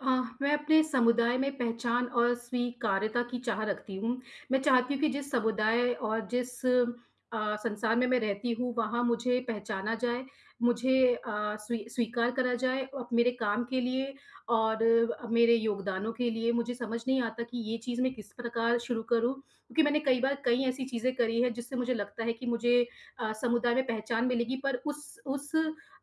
अ, मैं अपने समुदाय में पहचान और स्वीकार्यता की चाह रखती हूँ। मैं चाहती हूँ कि जिस समुदाय और जिस संसार में मैं रहती हूँ, वहाँ मुझे पहचाना जाए, मुझे स्वीकार करा जाए अप मेरे काम के लिए और मेरे योगदानों के लिए। मुझे समझ नहीं आता कि ये चीज़ मैं किस प्रकार शुरू करूँ? क्योंकि मैंने कई बार कई ऐसी चीज़ें करी हैं, जिससे मुझे लगता है कि मुझे समुदाय में पहचान मिलेगी, पर उस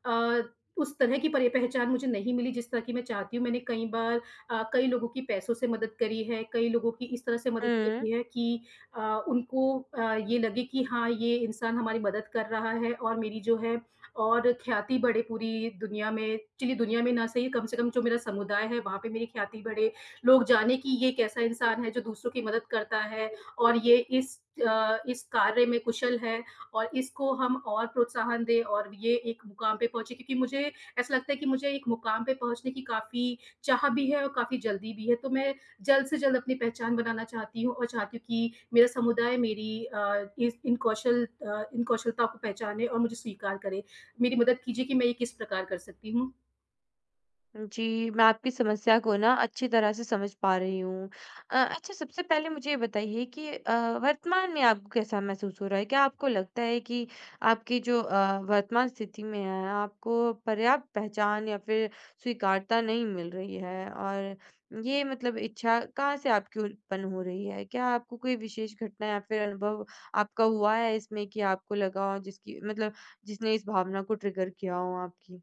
अ, उस तरह की परे पहचान मुझे नहीं मिली जिस तरह की मैं चाहती हूँ। मैंने कई बार कई लोगों की पैसों से मदद करी है, कई लोगों की इस तरह से मदद हुँ। करी है कि अ, उनको ये लगे कि हाँ, ये इंसान हमारी मदद कर रहा है और मेरी जो है और ख्याति बढ़े पूरी दुनिया में, चलिए दुनिया में ना सही, कम से कम जो मेरा समुदाय है वहाँ पे मेरी ख्याति बढ़े। लोग जाने कि ये कैसा इंसान है जो दूसरों की मदद करता है और ये इस कार्य में कुशल है और इसको हम और प्रोत्साहन दें और ये एक मुकाम पे पहुँचे क्योंकि मुझे ऐसा लगता है कि मुझे एक मुकाम पे पहुँचने की काफ़ी चाह भी है और काफ़ी जल्दी भी है। तो मैं जल्द से जल्द अपनी पहचान बनाना चाहती हूँ और चाहती हूँ कि मेरा समुदाय मेरी इस इन कौशल अ, इन कौशलता को पहचाने और मुझे स्वीकार करे। मेरी मदद कीजिए कि मैं ये किस प्रकार कर सकती हूँ? जी, मैं आपकी समस्या को ना अच्छी तरह से समझ पा रही हूँ। अच्छा, सबसे पहले मुझे ये बताइए कि वर्तमान में आपको कैसा महसूस हो रहा है? क्या आपको लगता है कि आपकी जो वर्तमान स्थिति में है, आपको पर्याप्त पहचान या फिर स्वीकारता नहीं मिल रही है? और ये मतलब इच्छा कहाँ से आपकी उत्पन्न हो रही है? क्या आपको कोई विशेष घटना या फिर अनुभव आपका हुआ है इसमें कि आपको लगा हो जिसकी मतलब जिसने इस भावना को ट्रिगर किया हो आपकी?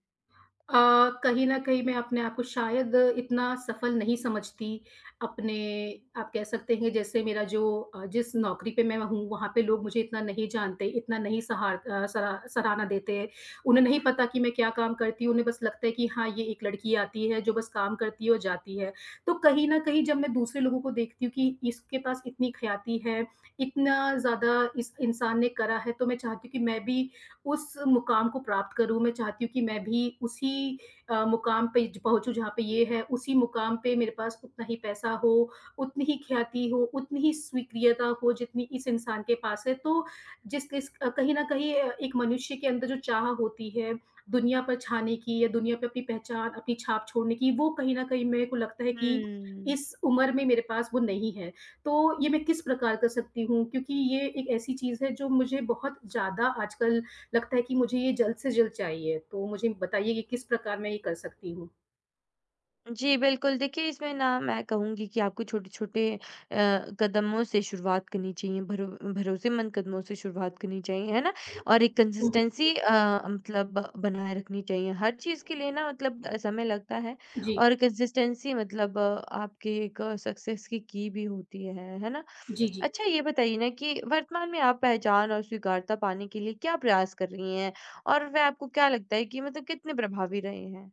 अ, कहीं न कहीं मैं अपने आप को शायद इतना सफल नहीं समझती। अपने आप कह सकते हैं जैसे मेरा जो जिस नौकरी पे मैं हूँ वहाँ पे लोग मुझे इतना नहीं जानते, इतना नहीं सहार अ, सरा सराहना देते हैं। उन्हें नहीं पता कि मैं क्या काम करती हूँ, उन्हें बस लगता है कि हाँ, ये एक लड़की आती है जो बस काम करती है और जाती है। तो कहीं न कहीं जब मैं दूसरे लोगों को देखती हूँ कि इसके पास इतनी ख़्याति है, इतना ज़्यादा इस इंसान ने करा है, तो मैं चाहती हूँ कि मैं भी उस मुकाम को प्राप्त करूँ। मैं चाहती हूँ कि मैं भी उसी मुकाम पे ज पहुँचूँ जहाँ पे ये है, उसी मुकाम पे मेरे पास उतना ही पैसा हो, उतनी ही ख्याति हो, उतनी ही स्वीक्रियता हो जितनी इस इंसान के पास है। तो कहीं न कहीं एक मनुष्य के अंदर जो चाह होती है दुनिया पर छाने की या दुनिया पे अपनी पहचान, अपनी छाप छोड़ने की, वो कहीं न कहीं मेरे को लगता है कि हुँ। इस उम्र में मेरे पास वो नहीं है। तो ये मैं किस प्रकार कर सकती हूँ? क्योंकि ये एक ऐसी चीज़ है जो मुझे बहुत ज़्यादा आजकल लगता है कि मुझे ये जल्द से जल्द चाहिए, तो मुझे बताइए कि किस प्रकार मैं ये कर सकती हूँ? जी, बिल्कुल। देखिए, इसमें ना मैं कहूँगी कि आपको छोटे-छोटे कदमों से शुरुआत करनी चाहिए, भरोसेमंद कदमों से शुरुआत करनी चाहिए, है ना? और एक हुँ, हुँ। कंसिस्टेंसी मतलब बनाए रखनी चाहिए। हर चीज़ के लिए ना मतलब समय लगता है। जी। और कंसिस्टेंसी मतलब आपकी एक सक्सेस की भी होती है ना? जी, जी। अच्छा, ये बताइए ना कि वर्तमान में आप पहचान और स्वीकार्यता पाने के लिए क्या प्रयास कर रही हैं? और वह आपको क्या लगता है कि मतलब कितने प्रभावी रहे हैं?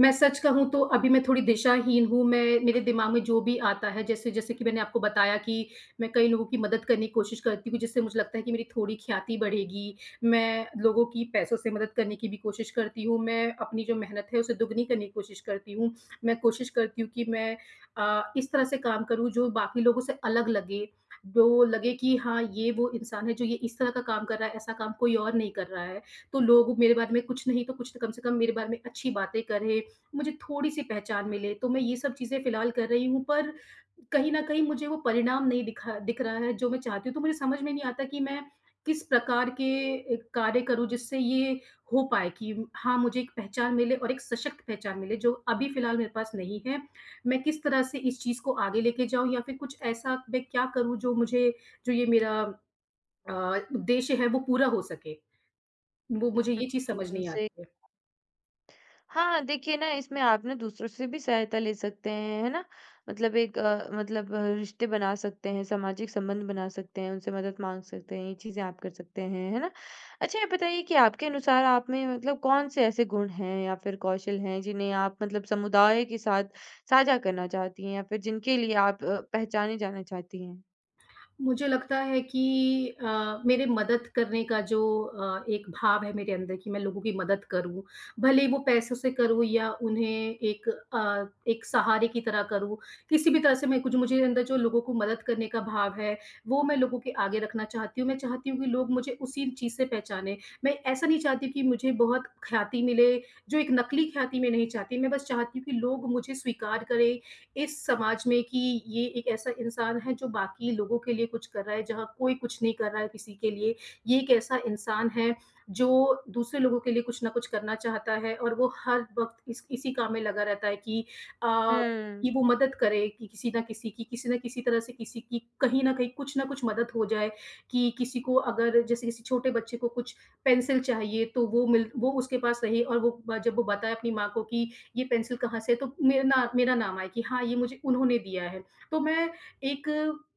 मैं सच कहूँ तो अभी मैं थोड़ी दिशाहीन हूँ, मैं मेरे दिमाग में जो भी आता है जैसे जैसे कि मैंने आपको बताया कि मैं कई लोगों की मदद करने की कोशिश करती हूँ, जिससे मुझे लगता है कि मेरी थोड़ी ख्याति बढ़ेगी। मैं लोगों की पैसों से मदद करने की भी कोशिश करती हूँ, मैं अपनी जो मेहनत है उसे दुगनी करने की कोशिश करती हूँ। मैं कोशिश करती हूँ कि मैं इस तरह से काम करूँ जो बाकी लोगों से अलग लगे, जो लगे कि हाँ, ये वो इंसान है जो ये इस तरह का काम कर रहा है, ऐसा काम कोई और नहीं कर रहा है। तो लोग मेरे बारे में कुछ नहीं तो कुछ तो कम से कम मेरे बारे में अच्छी बातें करें मुझे थोड़ी-सी पहचान मिले। तो मैं ये सब चीज़ें फ़िलहाल कर रही हूँ पर कहीं न कहीं मुझे वो परिणाम नहीं दिखा दिख रहा है जो मैं चाहती हूँ। तो मुझे समझ में नहीं आता कि मैं किस प्रकार के कार्य करूँ जिससे ये हो पाए कि हाँ, मुझे एक पहचान मिले और एक सशक्त पहचान मिले जो अभी फ़िलहाल मेरे पास नहीं है। मैं किस तरह से इस चीज़ को आगे लेके जाऊँ या फिर कुछ ऐसा मैं क्या करूँ जो मुझे जो ये मेरा अ, उद्देश्य है वो पूरा हो सके। वो मुझे ये चीज़ हुँ, समझ हुँ। नहीं से आती है। हाँ, देखिए ना इसमें आप ना दूसरों से भी सहायता ले सकते हैं, है ना? मतलब एक रिश्ते बना सकते हैं, सामाजिक संबंध बना सकते हैं, उनसे मदद माँग सकते हैं, ये चीज़ें आप कर सकते हैं, है ना? अच्छा, ये बताइए कि आपके अनुसार आप में मतलब कौन-से ऐसे गुण हैं या फिर कौशल हैं जिन्हें आप मतलब समुदाय के साथ साझा करना चाहती हैं या फिर जिनके लिए आप पहचाने जाना चाहती हैं? मुझे लगता है कि मेरे मदद करने का जो एक भाव है मेरे अंदर कि मैं लोगों की मदद करूँ, भले ही वो पैसों से करूँ या उन्हें एक सहारे की तरह करूँ, किसी भी तरह से मैं कुछ मुझे अंदर जो लोगों को मदद करने का भाव है, वो मैं लोगों के आगे रखना चाहती हूँ। मैं चाहती हूँ कि लोग मुझे उसी चीज़ से पहचानें। मैं ऐसा नहीं चाहती कि मुझे बहुत ख्याति मिले, जो एक नकली ख्याति मैं नहीं चाहती। मैं बस चाहती हूँ कि लोग मुझे स्वीकार करें इस समाज में कि ये एक ऐसा इंसान है जो बाकी लोगों के लिए कुछ कर रहा है, जहाँ कोई कुछ नहीं कर रहा है किसी के लिए। ये एक ऐसा इंसान है जो दूसरे लोगों के लिए कुछ न कुछ करना चाहता है और वो हर वक़्त इस इसी काम में लगा रहता है कि अ, हुँ, कि वो मदद करे कि किसी न किसी की, किसी न किसी तरह से किसी की कहीं न कहीं कुछ न कुछ मदद हो जाए कि किसी को अगर जैसे किसी छोटे बच्चे को कुछ पेंसिल चाहिए तो वो उसके पास रही और वो ब जब वो बताए अपनी माँ को कि ये पेंसिल कहाँ से है? तो मेरा नाम आए कि हाँ, ये मुझे उन्होंने दिया है। तो मैं एक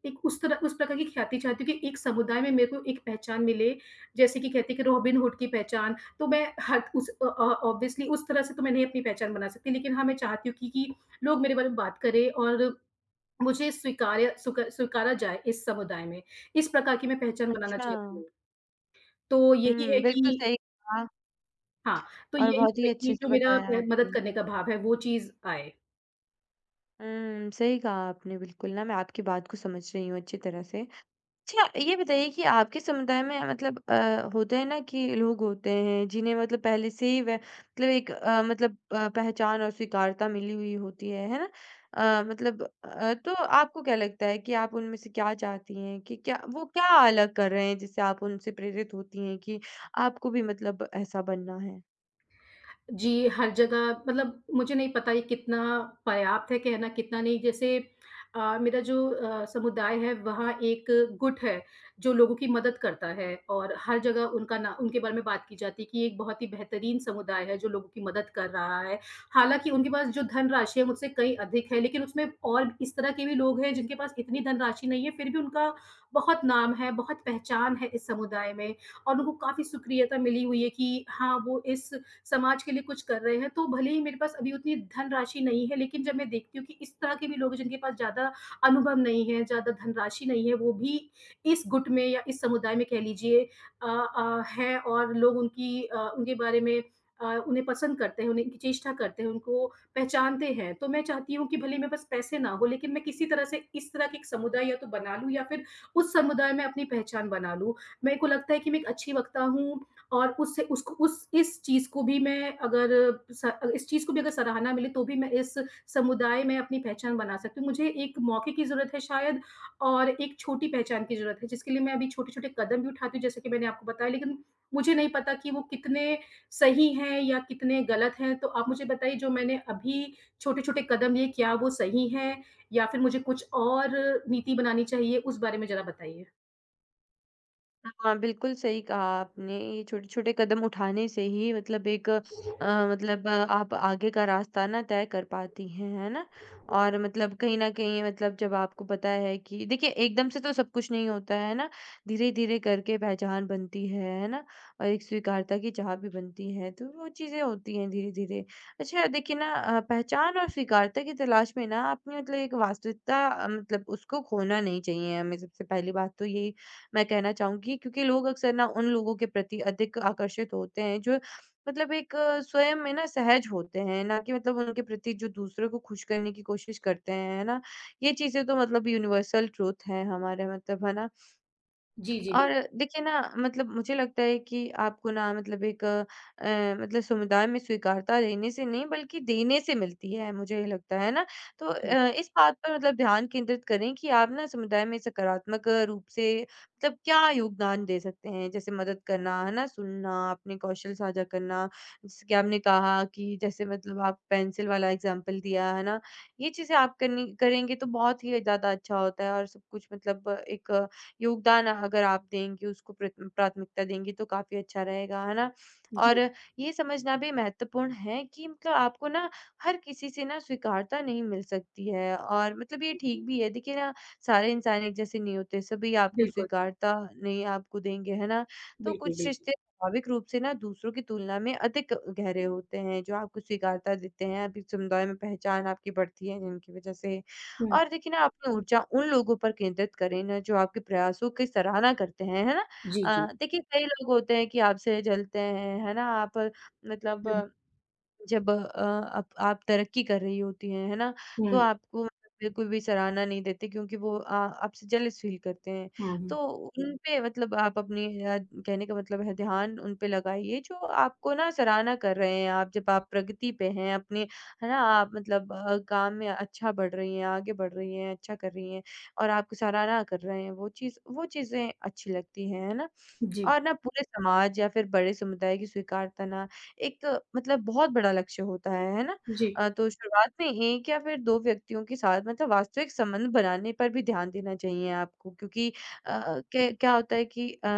एक उस प्रकार की ख्याति चाहती हूँ कि एक समुदाय में मेरे को एक पहचान मिले, जैसे कि कहते हैं कि रॉबिन हुड की पहचान, तो मैं हर उस अ अ, ऑब्वियसली उस तरह से तो मैं नहीं अपनी पहचान बना सकती, लेकिन हाँ, मैं चाहती हूँ कि लोग मेरे बारे में बात करें और मुझे स्वीकार्य स्वीका स्वीकारा जाए इस समुदाय में। इस प्रकार की मैं पहचान बनाना अच्छा। चाहती हूँ। तो यही है हुँ, कि बिल्कुल सही कहा हाँ, तो और यही बहुत ही है अच्छे कि जो से मेरा बताया मदद आपने। करने का भाव है, वो चीज़ आए। हुँ, सही कहा आपने बिल्कुल। ना मैं आपकी बात को समझ रही हूँ अच्छी तरह से। अच्छा, ये बताइए कि आपके समुदाय में मतलब होता है ना कि लोग होते हैं जिन्हें मतलब पहले से ही वे मतलब एक पहचान और स्वीकार्यता मिली हुई होती है ना? तो आपको क्या लगता है कि आप उनमें से क्या चाहती हैं कि क्या वो क्या अलग कर रहे हैं जिससे आप उनसे प्रेरित होती हैं कि आपको भी मतलब ऐसा बनना है? जी, हर जगह मतलब मुझे नहीं पता ये कितना पर्याप्त है कहना, कितना नहीं। जैसे मेरा जो समुदाय है, वहाँ एक गुट है, जो लोगों की मदद करता है और हर जगह उनका ना उनके बारे में बात की जाती है कि ये एक बहुत ही बेहतरीन समुदाय है, जो लोगों की मदद कर रहा है। हालाँकि उनके पास जो धनराशि है, मुझसे कहीं अधिक है, लेकिन उसमें और इस तरह के भी लोग हैं, जिनके पास इतनी धनराशि नहीं है, फिर भी उनका बहुत नाम है, बहुत पहचान है इस समुदाय में और उनको काफ़ी सक्रियता मिली हुई है कि हाँ, वो इस समाज के लिए कुछ कर रहे हैं, तो भले ही मेरे पास अभी उतनी धनराशि नहीं है, लेकिन जब मैं देखती हूँ कि इस तरह के भी लोग हैं जिनके पास ज़्यादा अनुभव नहीं है, ज़्यादा धनराशि नहीं है, वो भी इस गुट में या इस समुदाय में कह लीजिए हैं और लोग उनकी उनके बारे में उन्हें पसंद करते हैं, उन्हें उनकी चेष्टा करते हैं, उनको पहचानते हैं। तो मैं चाहती हूँ कि भले ही मेरे पास पैसे ना हो, लेकिन मैं किसी तरह से इस तरह के एक समुदाय या तो बना लूँ या फिर उस समुदाय में अपनी पहचान बना लूँ। मेरे को लगता है कि मैं एक अच्छी वक्ता हूँ और उससे उसको उस इस चीज़ को भी मैं अगर स इस चीज़ को भी अगर सराहना मिले तो भी मैं इस समुदाय में अपनी पहचान बना सकती हूँ। मुझे एक मौके की ज़रूरत है शायद और एक छोटी पहचान की ज़रूरत है जिसके लिए मैं अभी छोटे-छोटे कदम भी उठाती हूँ जैसे कि मैंने आपको बताया लेकिन मुझे नहीं पता कि वो कितने सही हैं या कितने गलत हैं। तो आप मुझे बताइए जो मैंने अभी छोटे-छोटे कदम लिए क्या वो सही हैं या फिर मुझे कुछ और नीति बनानी चाहिए? उस बारे में ज़रा बताइए। हाँ, बिल्कुल सही कहा आपने। ये छोटे-छोटे कदम उठाने से ही मतलब एक आप आगे का रास्ता ना तय कर पाती हैं, है ना? और मतलब कहीं न कहीं मतलब जब आपको पता है कि देखिए एकदम से तो सब कुछ नहीं होता है ना, धीरे-धीरे करके पहचान बनती है ना? और एक स्वीकार्यता की चाह भी बनती है, तो वो चीज़ें होती हैं धीरे-धीरे। अच्छा, देखिए ना पहचान और स्वीकार्यता की तलाश में ना आपने मतलब एक वास्तविकता मतलब उसको खोना नहीं चाहिए। हमें सबसे पहली बात तो यही मैं कहना चाहूँगी, क्योंकि लोग अक्सर ना उन लोगों के प्रति अधिक आकर्षित होते हैं जो मतलब एक स्वयं में ना सहज होते हैं, ना कि मतलब उनके प्रति जो दूसरों को खुश करने की कोशिश करते हैं, है ना? ये चीज़ें तो मतलब यूनिवर्सल ट्रुथ है हमारे मतलब, है ना? जी, जी, बिल्कुल। और देखिए ना मतलब मुझे लगता है कि आपको ना मतलब एक मतलब समुदाय में स्वीकारता रहने से नहीं बल्कि देने से मिलती है, मुझे ये लगता है ना। तो इस बात पर मतलब ध्यान केंद्रित करें कि आप ना समुदाय में सकारात्मक रूप से मतलब क्या योगदान दे सकते हैं? जैसे मदद करना, है ना? सुनना, अपने कौशल साझा करना, जैसे कि आपने कहा कि जैसे मतलब आप पेंसिल वाला एग्ज़ाम्पल दिया, है ना? ये चीज़ें आप करनी करेंगे तो बहुत ही ज़्यादा अच्छा होता है, और सब कुछ मतलब एक योगदान अगर आप देंगी, उसको प्राथमिकता देंगी तो काफ़ी अच्छा रहेगा, है ना? जी, जी, और जी। ये समझना भी महत्वपूर्ण है कि मतलब आपको ना हर किसी से ना स्वीकारता नहीं मिल सकती है, और मतलब ये ठीक भी है। देखिए ना, सारे इंसान एक जैसे नहीं होते, सभी आपको बिल्कुल, स्वीकारता नहीं आपको देंगे, है ना? तो बिल्कुल, कुछ बिल्कुल। रिश्ते स्वाभाविक रूप से ना दूसरों की तुलना में अधिक गहरे होते हैं, जो आपको स्वीकारता देते हैं, आपकी समुदाय में पहचान आपकी बढ़ती है जिनकी वजह से। हुँ, और देखिए ना अपनी ऊर्जा उन लोगों पर केंद्रित करें ना जो आपके प्रयासों की सराहना करते हैं, है ना? जी, जी। देखिए कई लोग होते हैं कि आपसे जलते हैं, है ना? आप हुँ, मतलब जब आप तरक्की कर रही होती हैं, है ना? तो हुँ, आपको मतलब बिल्कुल भी सराहना नहीं देते क्योंकि वो आपसे जेलस फ़ील करते हैं। हाँ, तो हाँ। उन पे मतलब आप अपनी कहने का मतलब है ध्यान उन पे लगाइए जो आपको ना सराहना कर रहे हैं। आप जब आप प्रगति पे हैं अपने, है ना? आप मतलब काम में अच्छा बढ़ रही हैं, आगे बढ़ रही हैं, अच्छा कर रही हैं और आपको सराहना कर रहे हैं। वो चीज़ें अच्छी लगती हैं, है ना? जी, और ना पूरे समाज या फिर बड़े समुदाय की स्वीकारता ना एक मतलब बहुत बड़ा लक्ष्य होता है ना? जी, तो शुरुआत में एक या फिर 2 व्यक्तियों के साथ मतलब वास्तविक संबंध बनाने पर भी ध्यान देना चाहिए आपको, क्योंकि क्या क्या होता है कि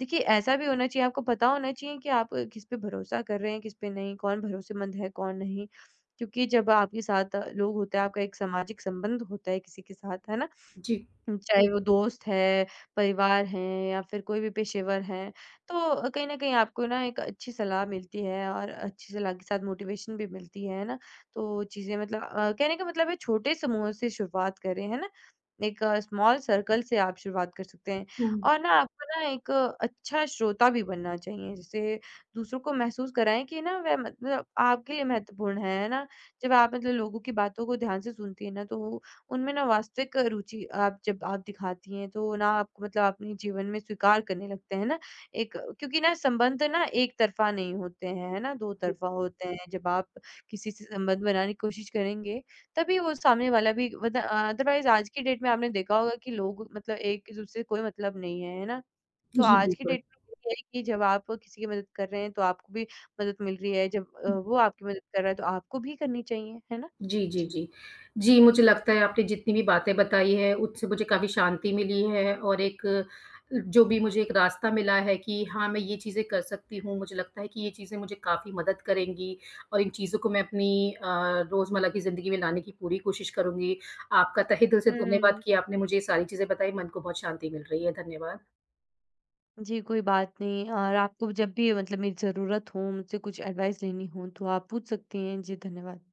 देखिए ऐसा भी होना चाहिए, आपको पता होना चाहिए कि आप किस पे भरोसा कर रहे हैं, किस पे नहीं, कौन भरोसेमंद है, कौन नहीं। क्योंकि जब आपके साथ लोग होते हैं, आपका एक सामाजिक संबंध होता है किसी के साथ, है ना? जी। चाहे वो दोस्त है, परिवार है, या फिर कोई भी पेशेवर है। तो कहीं न कहीं आपको ना एक अच्छी सलाह मिलती है और अच्छी सलाह के साथ मोटिवेशन भी मिलती है ना? तो चीज़ें मतलब कहने का मतलब है छोटे समूह से शुरुआत करें, है ना? एक स्मॉल सर्कल से आप शुरुआत कर सकते हैं। हुँ, और ना आपको ना एक अच्छा श्रोता भी बनना चाहिए, जिससे दूसरों को महसूस कराएँ कि ना वह मतलब आपके लिए महत्वपूर्ण है ना? जब आप मतलब लोगों की बातों को ध्यान से सुनती हैं ना, तो उनमें ना वास्तविक रुचि आप जब आप दिखाती हैं तो ना आपको मतलब अपने जीवन में स्वीकार करने लगते हैं ना एक, क्योंकि ना संबंध ना एक तरफा नहीं होते हैं, है ना, दो तरफा होते हैं। जब आप किसी से संबंध बनाने की कोशिश करेंगे तभी वो सामने वाला भी मतलब अदरवाइज आज की डेट में आपने देखा होगा कि लोग मतलब एक दूसरे से कोई मतलब नहीं है, है ना? तो जी, आज की बिल्कुल। डेट में ये है कि जब आप किसी की मदद कर रहे हैं तो आपको भी मदद मिल रही है, जब वो आपकी मदद कर रहा है तो आपको भी करनी चाहिए, है ना? जी, जी, जी। जी। जी, मुझे लगता है आपने जितनी भी बातें बताई हैं, उससे मुझे काफ़ी शांति मिली है और एक जो भी मुझे एक रास्ता मिला है कि हाँ, मैं ये चीज़ें कर सकती हूँ, मुझे लगता है कि ये चीज़ें मुझे काफ़ी मदद करेंगी और इन चीज़ों को मैं अपनी रोज़मर्रा की ज़िंदगी में लाने की पूरी कोशिश करूँगी। आपका तहे दिल से धन्यवाद हम्म। कि आपने मुझे ये सारी चीज़ें बताई, मन को बहुत शांति मिल रही है। धन्यवाद। जी, कोई बात नहीं, और आपको जब भी मतलब मेरी ज़रूरत हो, मुझसे कुछ एडवाइस लेनी हो, तो आप पूछ सकती हैं। जी, धन्यवाद।